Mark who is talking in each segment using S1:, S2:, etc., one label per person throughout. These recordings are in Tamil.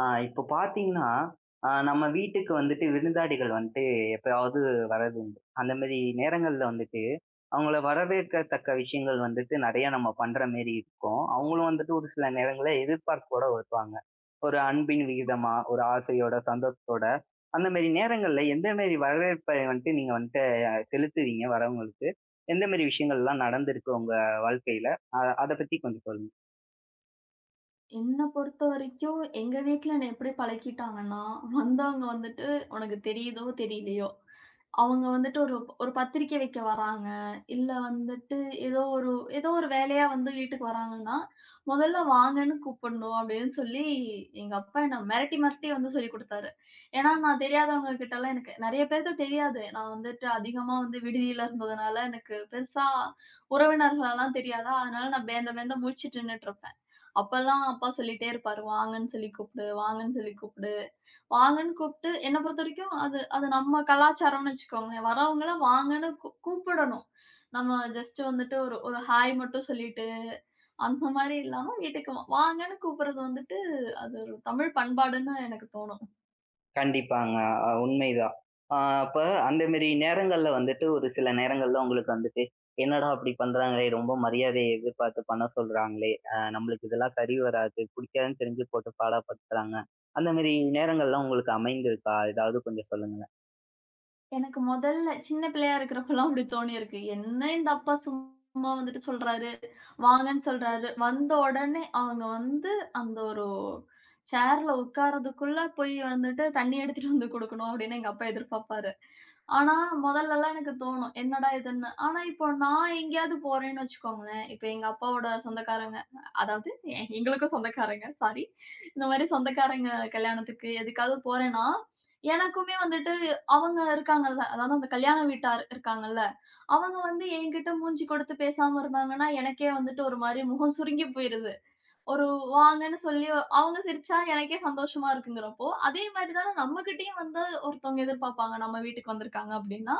S1: இப்போ பார்த்தீங்கன்னா, நம்ம வீட்டுக்கு வந்துட்டு விருந்தாளிகள் வந்துட்டு எப்பயாவது வர்றது உண்டு. அந்த மாரி நேரங்கள்ல வந்துட்டு, அவங்கள வரவேற்கத்தக்க விஷயங்கள் வந்துட்டு நெறைய நம்ம பண்ற மாரி இருக்கும். அவங்களும் வந்துட்டு ஒரு சில நேரங்கள்ல எதிர்பார்ப்போட வருவாங்க. ஒரு அன்பின் விகிதமா, ஒரு ஆசையோட, சந்தோஷத்தோட அந்த மாரி நேரங்கள்ல எந்த மாரி வரவேற்பை வந்துட்டு நீங்க வந்துட்டு செலுத்துவீங்க வரவங்களுக்கு? எந்த மாரி விஷயங்கள்லாம் நடந்திருக்கு உங்க வாழ்க்கையில? அத பத்தி கொஞ்சம் சொல்லுங்க.
S2: என்ன பொறுத்தவரைக்கும், எங்க வீட்ல என்ன எப்படி பழக்கிட்டாங்கன்னா, வந்தவங்க வந்துட்டு, "உனக்கு தெரியுதோ, தெரியலையோ! அவங்க வந்துட்டு ஒரு ஒரு பத்திரிக்கை வைக்க வராங்க. இல்ல வந்துட்டு ஏதோ ஒரு ஏதோ ஒரு வேலையா வந்து வீட்டுக்கு வராங்கன்னா, "முதல்ல வாங்கன்னு கூப்பிடணும்" அப்படின்னு சொல்லி எங்க அப்பா என்ன மிரட்டி மிரட்டி வந்து சொல்லிக் குடுத்தாரு. ஏன்னா, நான் தெரியாதவங்க கிட்டலாம் எனக்கு நெறைய பேருக்கு தெரியாது. நான் வந்துட்டு அதிகமா வந்து விடுதியில இருந்ததுனால எனக்கு பெருசா உறவினர்களலாம் தெரியாதா, அதனால நான் பேந்த பேந்த முழிச்சுட்டு நின்னுட்டு இருப்பேன். அப்பலாம் அப்பா சொல்லிட்டே இருப்பாரு, "வாங்கன்னு சொல்லி கூப்பிடு, வாங்கன்னு சொல்லி கூப்பிடு." வாங்கன்னு கூப்ட்டு என்ன பொறுத்தவரைக்கும் அது அது நம்ம கலாச்சாரம்னு வச்சுக்கோங்களேன். வரவங்கள வாங்கன்னு கூப்பிடணும். நம்ம ஜஸ்ட் வந்துட்டு ஒரு ஒரு ஹாய் மட்டும் சொல்லிட்டு, அந்த மாரி இல்லாம வீட்டுக்கு வாங்கன்னு கூப்பிடுறது வந்துட்டு, அது ஒரு தமிழ் பண்பாடுன்னு எனக்கு தோணும்.
S1: கண்டிப்பாங்க. உண்மைதான். அ அப்ப அந்த மேரி நேரங்கள்ல வந்துட்டு, ஒரு சில நேரங்கள்ல உங்களுக்கு வந்துட்டு, "என்னடா இப்படி பண்றாங்களே! ரொம்ப மரியாதைய எதிர்பார்த்து பண்ண சொல்றாங்களே! நம்மளுக்கு இதெல்லாம் சரி வராது. புடிக்காதுன்னு தெரிஞ்சு போட்டு பாடப்படுத்துறாங்க." அந்த மேரி நேரங்கள்லாம் உங்களுக்கு அமைந்திருக்கா? ஏதாவது கொஞ்சம் சொல்லுங்க.
S2: எனக்கு மொதல்ல சின்ன பிள்ளையா இருக்கிறப்பலாம் அப்படி தோணியிருக்கு. என்ன இந்த அப்பா சும்மா வந்துட்டு சொல்றாரு, வாங்கன்னு சொல்றாரு. வந்த உடனே அவங்க வந்து அந்த ஒரு சேர்ல உட்கார்றதுக்குள்ள போய் வந்துட்டு தண்ணி எடுத்துட்டு வந்து குடுக்கணும் அப்படின்னு எங்க அப்பா எதிர்பார்ப்பாரு. ஆனா மொதல்லலாம் எனக்கு தோணும், என்னடா இதுன்னு. ஆனா இப்போ நான் எங்கேயாவது போறேன்னு வச்சுக்கோங்களேன், இப்ப எங்க அப்பாவோட சொந்தக்காரங்க அதாவது எங்களுக்கும் சொந்தக்காரங்க சாரி. இந்த மாரி சொந்தக்காரங்க கல்யாணத்துக்கு எதுக்காவது போறேன்னா, எனக்குமே வந்துட்டு அவங்க இருக்காங்கல்ல. அதாவது அந்த கல்யாண வீட்டார் இருக்காங்கல்ல. அவங்க வந்து என்கிட்ட மூஞ்சி கொடுத்து பேசாம இருந்தாங்கன்னா, எனக்கே வந்துட்டு ஒரு மாரி முகம் சுருங்கி போயிருது. ஒரு வாங்கன்னு சொல்லி அவங்க சிரிச்சா எனக்கே சந்தோஷமா இருக்குங்கிறப்போ, அதே மாரி தான நம்மகிட்டயும் வந்து ஒருத்தவங்க எதிர்பார்ப்பாங்க. நம்ம வீட்டுக்கு வந்திருக்காங்க அப்டின்னா,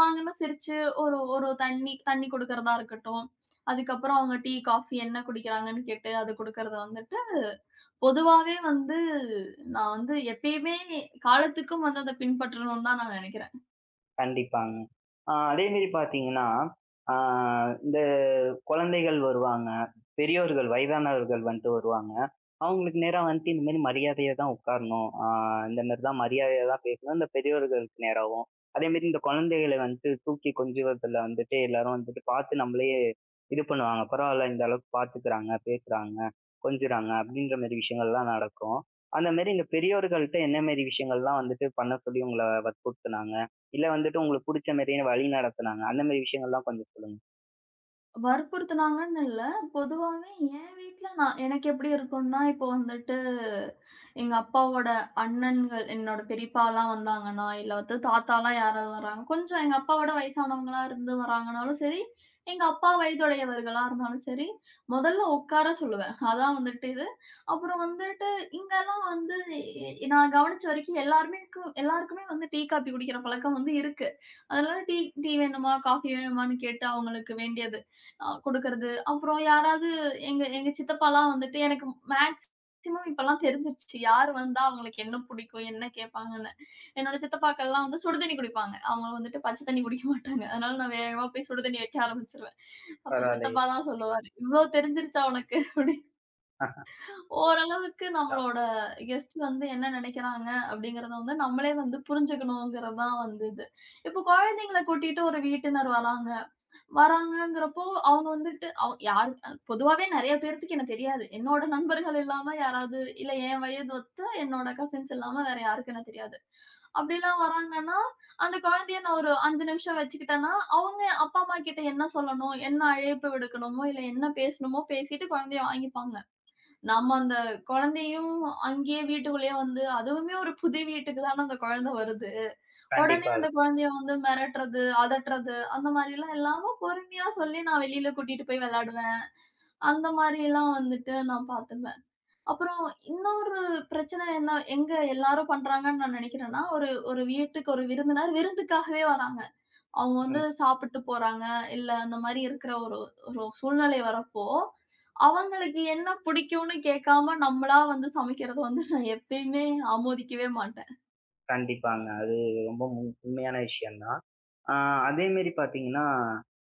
S2: வாங்கன்னு சிரிச்சு ஒரு ஒரு தண்ணி தண்ணி குடுக்கறதா இருக்கட்டும். அதுக்கப்புறம் அவங்க டீ, காஃபி என்ன குடிக்கிறாங்கன்னு கேட்டு அது குடுக்கறது வந்துட்டு, பொதுவாவே வந்து நான் வந்து எப்பயுமே காலத்துக்கும் வந்து அத பின்பற்றணும்னு தான் நான் நெனைக்கிறேன்.
S1: கண்டிப்பாங்க. அதே மாரி பார்த்தீங்கன்னா, அ இந்த குழந்தைகள் வருவாங்க. பெரியோர்கள், வயதானவர்கள் வந்துட்டு வருவாங்க. அவங்களுக்கு நேரா வந்துட்டு இந்த மாரி மரியாதையா தான் உட்காரணும். இந்த மாரி தான் மரியாதையா தான் பேசணும். இந்த பெரியோர்களுக்கு நேராவும். அதே மாரி இந்த குழந்தைகள வந்துட்டு தூக்கி கொஞ்சுவதில வந்துட்டு எல்லாரும் வந்துட்டு பார்த்து நம்மளயே இது பண்ணுவாங்க. பரவால்ல இந்த அளவுக்கு பார்த்துக்கிறாங்க, பேசுறாங்க, கொஞ்சுறாங்க அப்படின்ற மாரி விஷயங்கள்லாம் நடக்கும். அந்த மாரி இந்த பெரியோர்கள்ட்ட என்ன மாரி விஷயங்கள்லாம் வந்துட்டு பண்ண சொல்லி உங்கள வற்புறுத்துனாங்க? இல்ல வந்துட்டு உங்களுக்கு புடிச்ச மாரியே வழி நடத்துனாங்க. அந்த மாரி விஷயங்கள்லாம் கொஞ்சம் சொல்லுங்க.
S2: வற்புறுத்துனாங்கன்னு இல்ல. பொதுவாவே என் வீட்ல நான் எனக்கு எப்படி இருக்கும்னா, இப்போ வந்துட்டு எங்க அப்பாவோட அண்ணன்கள், என்னோட பெரியப்பாலாம் வந்தாங்கன்னா, இல்லாட்டி தாத்தாலாம் யாராவது வராங்க, கொஞ்சம் எங்க அப்பாவோட வயசானவங்களா இருந்து வராங்கனாலும் சரி, எங்க அப்பா வயதுடையவர்களா இருந்தாலும் சரி, முதல்ல உட்கார சொல்லுவேன். அதான் வந்துட்டு இது. அப்புறம் வந்துட்டு இங்கலாம் வந்து நான் கவனிச்ச வரைக்கும் எல்லாருக்குமே வந்து டீ, காபி குடிக்கிற பழக்கம் வந்து இருக்கு. அதனால டீ டீ வேணுமா? காஃபி வேணுமான்னு கேட்டு அவங்களுக்கு வேண்டியது. குடுக்கறது. அப்புறம் யாராவது எங்க எங்க சித்தப்பாலாம் வந்துட்டு எனக்கு மேக்ஸிமம் இப்பலாம் தெரிஞ்சிருச்சு. யார் வந்தா அவங்களுக்கு என்ன பிடிக்கும், என்ன கேட்பாங்கன்னு. என்னோட சித்தப்பாக்கள்லாம் வந்து சுடு தண்ணி குடிப்பாங்க. அவங்க வந்துட்டு பச்சை தண்ணி குடிக்க மாட்டாங்க. அதனால நான் வேகமா போய் சுடு தண்ணி வைக்க ஆரம்பிச்சுருவேன். அப்ப
S1: பரவாயில்லையே.
S2: சித்தப்பா தான் சொல்லுவாரு, "இவ்ளோ தெரிஞ்சிருச்சா உனக்கு?" அப்படின்னு.
S1: ஆஹ்,
S2: ஓரளவுக்கு நம்மளோட கெஸ்ட் வந்து என்ன நினைக்கிறாங்க அப்படிங்கிறத வந்து நம்மளே வந்து புரிஞ்சுக்கணுங்கிறது தான் வந்து இது. இப்போ குழந்தைங்கள கூட்டிட்டு ஒரு வீட்டினர் வராங்கங்கிறப்போ, அவங்க வந்துட்டு யாரு பொதுவாவே நெறைய பேர்த்துக்கு என்ன தெரியாது. என்னோட நண்பர்கள் இல்லாம யாராவது, இல்ல என் வயது ஒத்த என்னோட கசின்ஸ் இல்லாம வேற யாருக்கும் என்ன தெரியாது. அப்படிலாம் வராங்கன்னா, அந்த குழந்தைய நான் ஒரு 5 நிமிஷம் வச்சுக்கிட்டேன்னா, அவங்க அப்பா, அம்மா கிட்ட என்ன சொல்லணும், என்ன அழைப்பு விடுக்கணுமோ, இல்ல என்ன பேசணுமோ பேசிட்டு குழந்தைய வாங்கிப்பாங்க. நம்ம அந்த குழந்தையும் அங்கேயே வீட்டுக்குள்ளேயே வந்து, அதுவுமே ஒரு புது வீட்டுக்கு தான அந்த குழந்தை வருது. உடனே
S1: கண்டிப்பாக.
S2: அந்த குழந்தைய வந்து மிரட்டுறது, அதட்டுறது அந்த மாரிலாம் இல்லாம பொறுமையா சொல்லி நான் வெளியில கூட்டிட்டு போய் விளையாடுவேன். அந்த மாரிலாம் வந்துட்டு நான் பார்த்துப்பேன். அப்புறம் இன்னொரு பிரச்சனை என்ன எங்க எல்லாரும் பண்றாங்கன்னு நான் நினைக்கிறேன்னா, ஒரு ஒரு வீட்டுக்கு ஒரு விருந்தினர் விருந்துக்காகவே வராங்க. அவங்க வந்து சாப்பிட்டு போறாங்க, இல்ல அந்த மாரி இருக்கிற ஒரு ஒரு சூழ்நிலை வரப்போ, அவங்களுக்கு என்ன பிடிக்கும்னு கேட்காம நம்மளா வந்து சமைக்கிறது வந்து நான் எப்பயுமே ஆமோதிக்கவே மாட்டேன்.
S1: கண்டிப்பாங்க. அது ரொம்ப உண்மையான விஷயம் தான். ஆ அதே மாரி பார்த்தீங்கன்னா,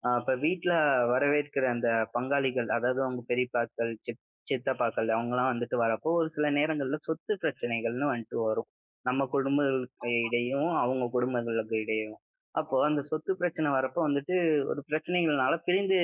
S1: இப்ப வீட்ல வரவேற்கிற அந்த பங்காளிகள், அதாவது அவங்க பெரியப்பாக்கள், சித்தப்பாக்கள் அவங்கலாம் வந்துட்டு வரப்போ, ஒரு சில நேரங்கள்ல சொத்து பிரச்சனைகள்னு வந்துட்டு வரும். நம்ம குடும்பங்களுக்கு இடையும், அவங்க குடும்பங்களுக்கு இடையும். அப்போ அந்த சொத்து பிரச்சனை வரப்போ வந்துட்டு ஒரு பிரச்சனைகள்னால பிரிந்து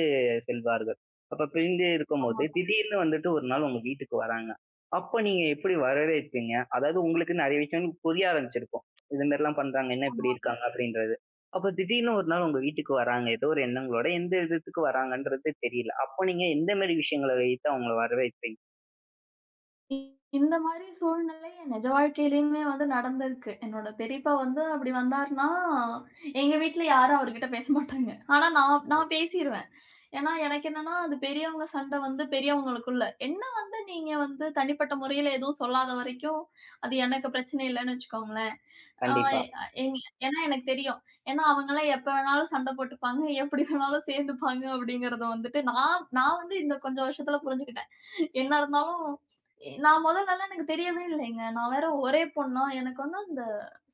S1: செல்வார்கள். அப்ப பிரிந்து இருக்கும்போது,
S2: ஆமாங்க.
S1: திடீர்னு வந்துட்டு ஒரு நாள் உங்க வீட்டுக்கு வராங்க. அப்ப நீங்க எப்படி வரவேற்பீங்க? அதாவது உங்களுக்கு நெறைய விஷயங்கள் புரிய ஆரம்பிச்சிருக்கும். இது மாரிலாம் பண்றாங்க, என்ன இப்படி
S2: ஆமா.
S1: இருக்காங்க அப்படின்றது. அப்ப திடீர்னு ஒரு நாள் உங்க வீட்டுக்கு வராங்க. ஏதோ ஒரு எண்ணங்களோட எந்த விதத்துக்கு வராங்கன்றது தெரியல. அப்போ நீங்க எந்த மாரி விஷயங்கள வைத்து அவங்கள வரவேற்பீங்க?
S2: இ இந்த மாரி சூழ்நிலை என் நிஜ வாழ்க்கையிலயுமே வந்து நடந்திருக்கு. என்னோட பெரியப்பா வந்து அப்படி வந்தாருன்னா, எங்க வீட்ல யாரும் அவர்கிட்ட பேச மாட்டாங்க. ஆனா நான்
S1: ம்.
S2: நான் பேசிருவேன். ஏன்னா, எனக்கு என்னன்னா, அது பெரியவங்க சண்டை வந்து பெரியவங்களுக்குள்ள. என்ன வந்து நீங்க வந்து தனிப்பட்ட முறையில எதுவும் சொல்லாத வரைக்கும், அது எனக்கு பிரச்சனை இல்லன்னு வச்சுக்கோங்களேன். ஆ
S1: கண்டிப்பா.
S2: எங் ஏன்னா எனக்கு தெரியும். ஏன்னா அவங்கலாம் எப்ப வேணாலும் சண்டை போட்டுப்பாங்க, எப்படி வேணாலும் சேர்ந்துப்பாங்க அப்படிங்கிறத வந்துட்டு நான் நான் வந்து இந்த கொஞ்சம் வருஷத்துல புரிஞ்சுக்கிட்டேன். என்ன இருந்தாலும் நான் மொதல்லலாம் எனக்கு தெரியவே இல்லைங்க. நான் வேற ஒரே பொண்ணா, எனக்கு வந்து அந்த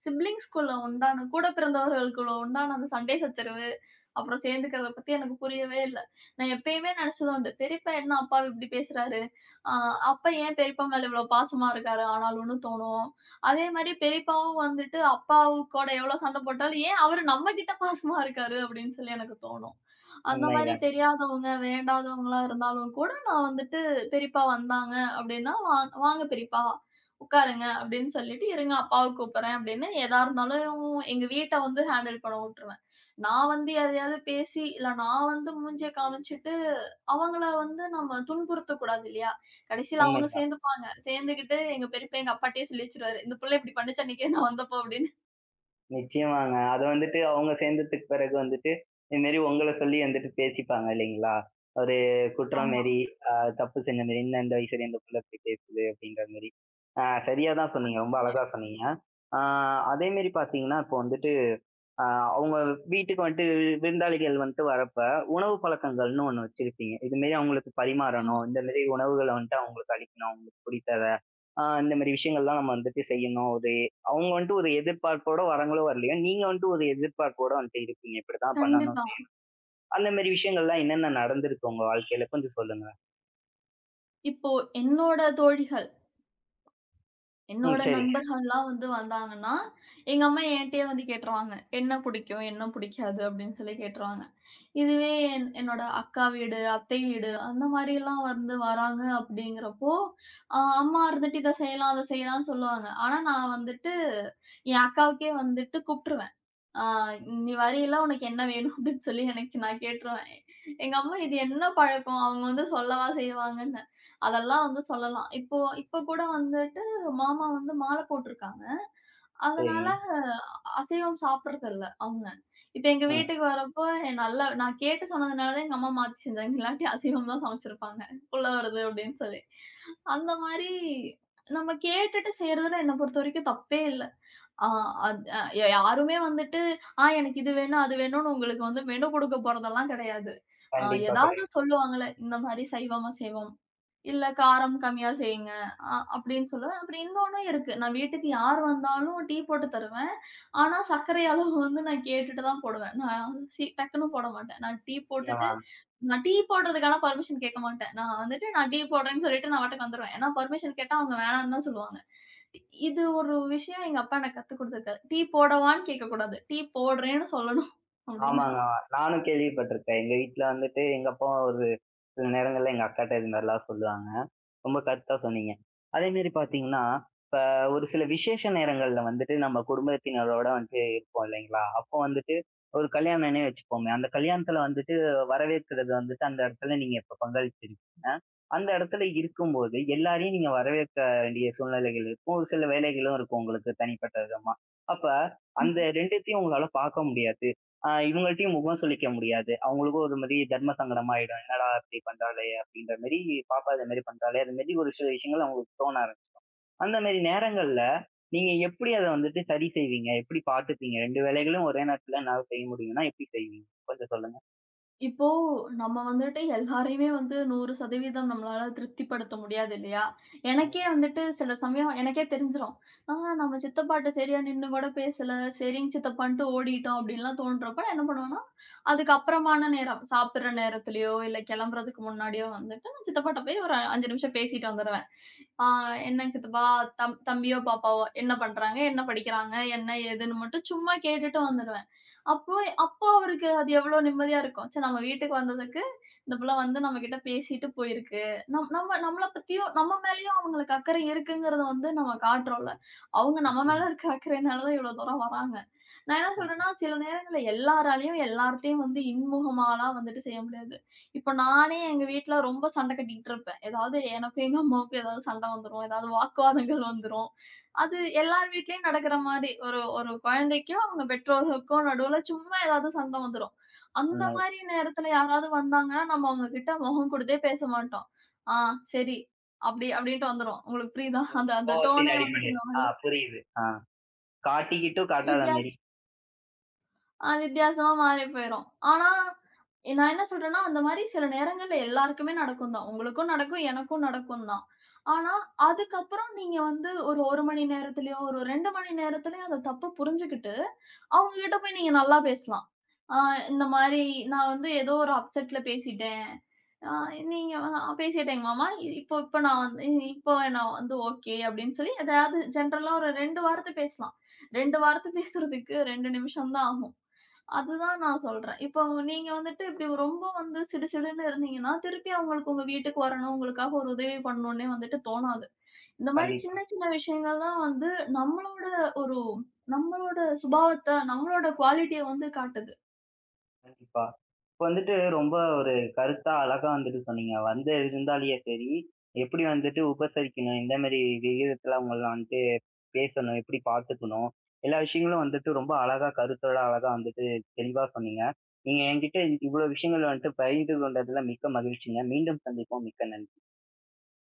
S2: சிப்லிங்ஸ்குள்ள உண்டான கூட பிறந்தவர்களுக்குள்ள உண்டான அந்த சண்டை சச்சரவு, அப்புறம் சேர்ந்துக்கிறத பத்தி எனக்கு புரியவே இல்ல. நான் எப்பயுமே நெனச்சது உண்டு. பெரியப்பா என்ன அப்பாவ இப்படி பேசுறாரு? அ அப்பா ஏன் பெரியப்பா மேல இவ்வளோ பாசமா இருக்காரு ஆனாலும்னு தோணும். அதே மாரி பெரியப்பாவும் வந்துட்டு அப்பாவு கூட எவ்வளோ சண்டை போட்டாலும், ஏன் அவரு நம்ம கிட்ட பாசமா இருக்காரு? அப்படின்னு சொல்லி எனக்கு தோணும். அந்த மாரி
S1: உண்மைதான்,
S2: தெரியாதவங்க, வேண்டாதவங்களா இருந்தாலும் கூட, நான் வந்துட்டு பெரியப்பா வந்தாங்க அப்டின்னா, "வாங்க பெரியப்பா, உட்காருங்க" அப்டின்னு சொல்லிட்டு, "இருங்க அப்பாவ கூப்புட்றேன்" அப்டின்னு எதா இருந்தாலும் எங்க வீட்ட வந்து ஹேண்டில் பண்ண வுட்டுருவேன். நான் வந்து எதையாவது பேசி, இல்ல நான் வந்து மூஞ்சிய காமிச்சுட்டு, அவங்கள வந்து நம்ம துன்புறுத்தக்கூடாது இல்லையா? கடைசில அவங்க
S1: உண்மைதான்.
S2: சேர்ந்துப்பாங்க. சேர்ந்துக்கிட்டு எங்க பெரியப்பா எங்க அப்பாட்டயே சொல்லி வச்சுருவாரு, "இந்த புள்ள இப்டி பண்ணுச்சு அன்னைக்கு நான் வந்தப்போ" அப்டின்னு.
S1: நிச்சயமாங்க. அது வந்துட்டு அவங்க சேர்ந்ததுக்கு பிறகு வந்துட்டு, இது மாரி உங்கள சொல்லி வந்துட்டு பேசிப்பாங்க இல்லைங்களா? ஒரு குற்றம்
S2: ஆமா.
S1: மாரி, அ தப்பு செஞ்ச மாரி, "என்ன இந்த வயசுல இந்த புள்ள இப்படி பேசுது?" அப்படின்ற மாரி. சரியா தான் சொன்னீங்க.
S2: அந்த
S1: ரொம்ப
S2: மாதிரி.
S1: அழகா சொன்னீங்க. ஆ அதே மாரி பார்த்தீங்கன்னா, இப்போ வந்துட்டு அவங்க வீட்டுக்கு வந்துட்டு விருந்தாளிகள் வந்துட்டு வரப்ப உணவு பழக்கங்கள்னு ஒண்ணு வச்சிருப்பீங்க இது மாரி அவங்களுக்கு
S2: ஆமா.
S1: பரிமாறணும் இந்த மாரி உணவுகளை வந்துட்டு அவங்களுக்கு அளிக்கணும் அவங்களுக்கு பிடித்ததை. இந்த மாதிரி விஷயங்கள்லாம் நம்ம வந்துட்டு செய்யணும் ஒரு அவங்க வந்துட்டு ஒரு எதிர்பார்ப்போட வரங்களோ வரலையோ நீங்க வந்துட்டு ஒரு எதிர்பார்ப்போட வந்துட்டு இருப்பீங்க இப்படிதான் பண்ணணும்
S2: கண்டிப்பா.
S1: செய்யணும். அந்த மாதிரி விஷயங்கள்லாம் என்னென்ன நடந்திருக்கு உங்க வாழ்க்கையில கொஞ்சம் சொல்லுங்க.
S2: இப்போ என்னோட தோழிகள்
S1: ம்
S2: என்னோட
S1: சரிங்க.
S2: நண்பர்கள்லாம் வந்து வந்தாங்கன்னா, எங்க அம்மா என்ட்டயே வந்து கேட்டுருவாங்க. என்ன பிடிக்கும்? என்ன பிடிக்காது? அப்படின்னு சொல்லி கேட்டுருவாங்க. இதுவே என் என்னோட அக்கா வீடு, அத்தை வீடு அந்த மாரிலாம் வந்து வராங்க அப்படிங்கிறப்போ, அம்மா இருந்துட்டு இத செய்யலாம், அத செய்யலாம்னு சொல்லுவாங்க. ஆனா நான் வந்துட்டு என் அக்காவுக்கே வந்துட்டு கூப்ட்டுருவேன். ஆ "நீ வரியல்ல உனக்கு என்ன வேணும்?" அப்படின்னு சொல்லி எனக்கு நான் கேட்டுருவேன். எங்க அம்மா இது என்ன பழக்கம்? அவங்க வந்து சொல்லவா செய்வாங்கன்னு. அதெல்லாம் வந்து சொல்லலாம். இப்போ இப்போ கூட வந்துட்டு மாமா வந்து மாலை போட்டிருக்காங்க. அதனால
S1: சரிங்க.
S2: அசைவம் சாப்பிடுறது இல்ல அவங்க. இப்போ எங்க
S1: ம்.
S2: வீட்டுக்கு வரப்போ நல்லா நான் கேட்டு சொன்னதுனால தான் எங்க அம்மா மாத்தி செஞ்சாங்க. இல்லாட்டி அசைவம் தான் சமைச்சிருப்பாங்க. புள்ள வருது அப்படின்னு சொல்லி. அந்த மாரி நம்ம கேட்டுட்டு செய்றதுல என்ன பொறுத்தவரைக்கும் தப்பே இல்ல. ஆ அத் அ யாருமே வந்துட்டு, எனக்கு இது வேணும், அது வேணும்னு உங்களுக்கு வந்து மெனு குடுக்க போறதெல்லாம் கிடையாது. ஆ
S1: கண்டிப்பா
S2: ஏதாவது
S1: கிடையாது.
S2: சொல்லுவாங்கல்ல, இந்த மாரி சைவம், அசைவம். இல்ல காரம் கம்மியா செய்யுங்க. அப்படின்னு சொல்லுவேன். அப்புறம் இன்னொன்னு இருக்கு. நான் வீட்டுக்கு யார் வந்தாலும் டீ போட்டு தருவேன். ஆனா, சர்க்கரை அளவு வந்து நான் கேட்டுட்டு தான் போடுவேன். நான் சி டக்குன்னு போட மாட்டேன். நான் டீ
S1: நிச்சயமா.
S2: போட்டுட்டு நான் டீ போடுறதுக்கான பர்மிஷன் கேட்க மாட்டேன். நான் வந்துட்டு நான் டீ போடுறேன்னு சொல்லிட்டு நான் பாட்டுக்கு வந்துருவேன். ஏன்னா பர்மிஷன் கேட்டா அவங்க வேணான்னு தான் சொல்லுவாங்க. இது ஒரு விஷயம் எங்க அப்பா எனக்கு கத்துக் குடுத்துருக்காரு. "டீ போடவான்னு கேட்கக்கூடாது. டீ போடுறேன்னு சொல்லணும்." அப்படின்னு.
S1: ஆமாங்க. நானும் கேள்விப்பட்டிருக்கேன். எங்க வீட்ல வந்துட்டு எங்க அப்பா ஒரு சில நேரங்கள்ல எங்க அக்காட்ட இது மாரிலாம் சொல்லுவாங்க. ரொம்ப கரெக்ட்டா சொன்னீங்க. அதே மாரி பார்த்தீங்கன்னா, இப்ப ஒரு சில விசேஷ நேரங்கள்ல வந்துட்டு நம்ம குடும்பத்தினரோட வந்துட்டு இருப்போம் இல்லைங்களா? அப்போ வந்துட்டு ஒரு கல்யாணம்னே வச்சுப்போமே. அந்த கல்யாணத்துல வந்துட்டு வரவேற்கிறது வந்துட்டு அந்த இடத்துல நீங்க இப்ப பங்களிச்சிருக்கீங்க. அந்த இடத்துல இருக்கும்போது எல்லாரையும் நீங்க வரவேற்க வேண்டிய சூழ்நிலைகள் இருக்கும். ஒரு சில வேலைகளும் இருக்கும் உங்களுக்கு தனிப்பட்ட விதமா. அப்ப அந்த
S2: ம்.
S1: 2த்தையும் உங்களால பார்க்க முடியாது. இவங்கள்ட்டயும் முகம் சுளிக்க முடியாது அவங்களுக்கும் ஒரு மாதிரி தர்ம சங்கடம் ஆயிடும் என்னடா இப்படி பண்றாளே அப்படின்ற மாதிரி பாப்பா இது மாதிரி பண்றாளே அது மாதிரி ஒரு சில விஷயங்கள் அவங்களுக்கு தோண ஆரம்பிச்சிடும். அந்த மாதிரி நேரங்கள்ல நீங்க எப்படி அதை வந்துட்டு சரி செய்வீங்க எப்படி பார்த்துப்பீங்க ரெண்டு வேலைகளும் ஒரே நேரத்துல என்னால செய்ய முடியும்னா எப்படி செய்வீங்க கொஞ்சம் சொல்லுங்க.
S2: இப்போ நம்ம வந்துட்டு எல்லாரையுமே வந்து 100% நம்மளால திருப்திப்படுத்த முடியாது இல்லையா? எனக்கே வந்துட்டு சில சமயம் எனக்கே தெரிஞ்சிரும். ஆ நம்ம சித்தப்பாட்ட சரியா நின்னு கூட பேசல. சரிங்க சித்தப்பான்ட்டு ஓடிட்டோம் அப்படின்லாம் தோன்றப்ப நான் என்ன பண்ணுவேன்னா, அதுக்கு அப்புறமான நேரம், சாப்பிடுற நேரத்திலயோ, இல்ல கிளம்புறதுக்கு முன்னாடியோ வந்துட்டு நான் சித்தப்பாட்ட போய் ஒரு 5 நிமிஷம் பேசிட்டு வந்துருவேன். ஆ என்னங்க சித்தப்பா, தம்பியோ, பாப்பாவோ என்ன பண்றாங்க? என்ன படிக்கிறாங்க? என்ன ஏதுன்னு மட்டும் சும்மா கேட்டுட்டு வந்துருவேன். அப்போ அப்போ அவருக்கு அது எவ்வளோ நிம்மதியா இருக்கும். சரி நம்ம வீட்டுக்கு வந்ததுக்கு, இந்த புள்ள வந்து நம்மகிட்ட பேசிட்டு போயிருக்கு. நம்மள பத்தியும் நம்ம மேலயும் அவங்களுக்கு அக்கறை இருக்குங்கிறத வந்து நம்ம காட்டுறோம்ல. அவங்க நம்ம மேல இருக்க அக்கறையினால தான் இவ்வளோ தூரம் வராங்க. நான் என்ன சொல்றேன்னா, சில நேரங்கள்ல எல்லாராலயும் எல்லார்ட்டயும் வந்து இன்முகமாலாம் வந்துட்டு செய்ய முடியாது. இப்போ நானே எங்க வீட்ல ரொம்ப சண்டை கட்டிக்கிட்டு இருப்பேன். ஏதாவது எனக்கும் எங்க அம்மாவுக்கும் ஏதாவது சண்டை வந்துரும். ஏதாவது வாக்குவாதங்கள் வந்துரும். அது எல்லார் வீட்லயும் நடக்கிற மாரி. ஒரு ஒரு குழந்தைக்கும், அவங்க பெற்றோர்களுக்கும் நடுவுல சும்மா ஏதாவது சண்டை வந்துரும். அந்த
S1: அந்த
S2: மாரி நேரத்துல யாராவது வந்தாங்கன்னா, நம்ம அவங்க கிட்ட முகம் குடுத்தே பேச மாட்டோம். "ஆ சரி" அப்படி அப்படின்ட்டு வந்துரும். உங்களுக்கு புரியுதா? அந்த அந்த
S1: கோவத்தின்
S2: டோனே வந்துட்டு
S1: அடிப்படையில்
S2: இந்த மாரி
S1: புரியுது. ஆஹ் காட்டிக்கிட்டும் காட்டாத மாதிரி.
S2: வித்தியாசமா வித்தியாசமா மாறி போயிரும். ஆனா, நான் என்ன சொல்றேன்னா, அந்த மாரி சில நேரங்கள்ல எல்லாருக்குமே நடக்கும் தான். உங்களுக்கும் நடக்கும், எனக்கும் நடக்கும் தான். ஆனா, அதுக்கப்புறம் நீங்க வந்து ஒரு 1 மணி நேரத்திலயோ, ஒரு 2 மணி நேரத்திலயோ அந்த தப்ப புரிஞ்சுகிட்டு, அவங்க கிட்ட போய் நீங்க நல்லா பேசலாம். ஆ இந்த மாரி நான் வந்து ஏதோ ஒரு அப்செட்ல பேசிட்டேன். ஆ நீங்க பேசிட்டேங்க மாமா. இ- இப்போ இப்போ நான் வந்து இப்போ நான் வந்து ஓகே அப்படின்னு சொல்லி, எதாவது ஜென்ரலா ஒரு 2 வார்த்தை பேசலாம். 2 வார்த்தை பேசுறதுக்கு 2 நிமிஷம் தான் ஆகும். அதுதான் நான் சொல்றேன். இப்போ நீங்க வந்துட்டு இப்படி ரொம்ப வந்து சிடுசிடுன்னு இருந்தீங்கன்னா, திருப்பி அவங்களுக்கு உங்க வீட்டுக்கு வரணும், உங்களுக்காக ஒரு உதவி பண்ணணும்னே வந்துட்டு தோணாது. இந்த மாரி
S1: கண்டிப்பா.
S2: சின்ன சின்ன விஷயங்கள் தான் வந்து நம்மளோட ஒரு நம்மளோட சுபாவத்த, நம்மளோட குவாலிட்டிய வந்து காட்டுது.
S1: கண்டிப்பா. இப்ப வந்துட்டு ரொம்ப ஒரு கருத்தா, அழகா வந்துட்டு சொன்னீங்க. வந்த விருந்தாளிய சரி, எப்படி வந்துட்டு உபசரிக்கணும், எந்த மாரி விகிதத்துல அவங்கள வந்துட்டு பேசணும், எப்படி பார்த்துக்கணும், எல்லா விஷயங்களும் வந்துட்டு ரொம்ப அழகா கருத்தோட அழகா வந்துட்டு தெளிவா சொன்னீங்க. நீங்க என்கிட்ட இவ்வளவு விஷயங்கள் வந்துட்டு பகிர்ந்து கொண்டதுல மிக்க மகிழ்ச்சிங்க. மீண்டும் சந்திப்போம். மிக்க நன்றி.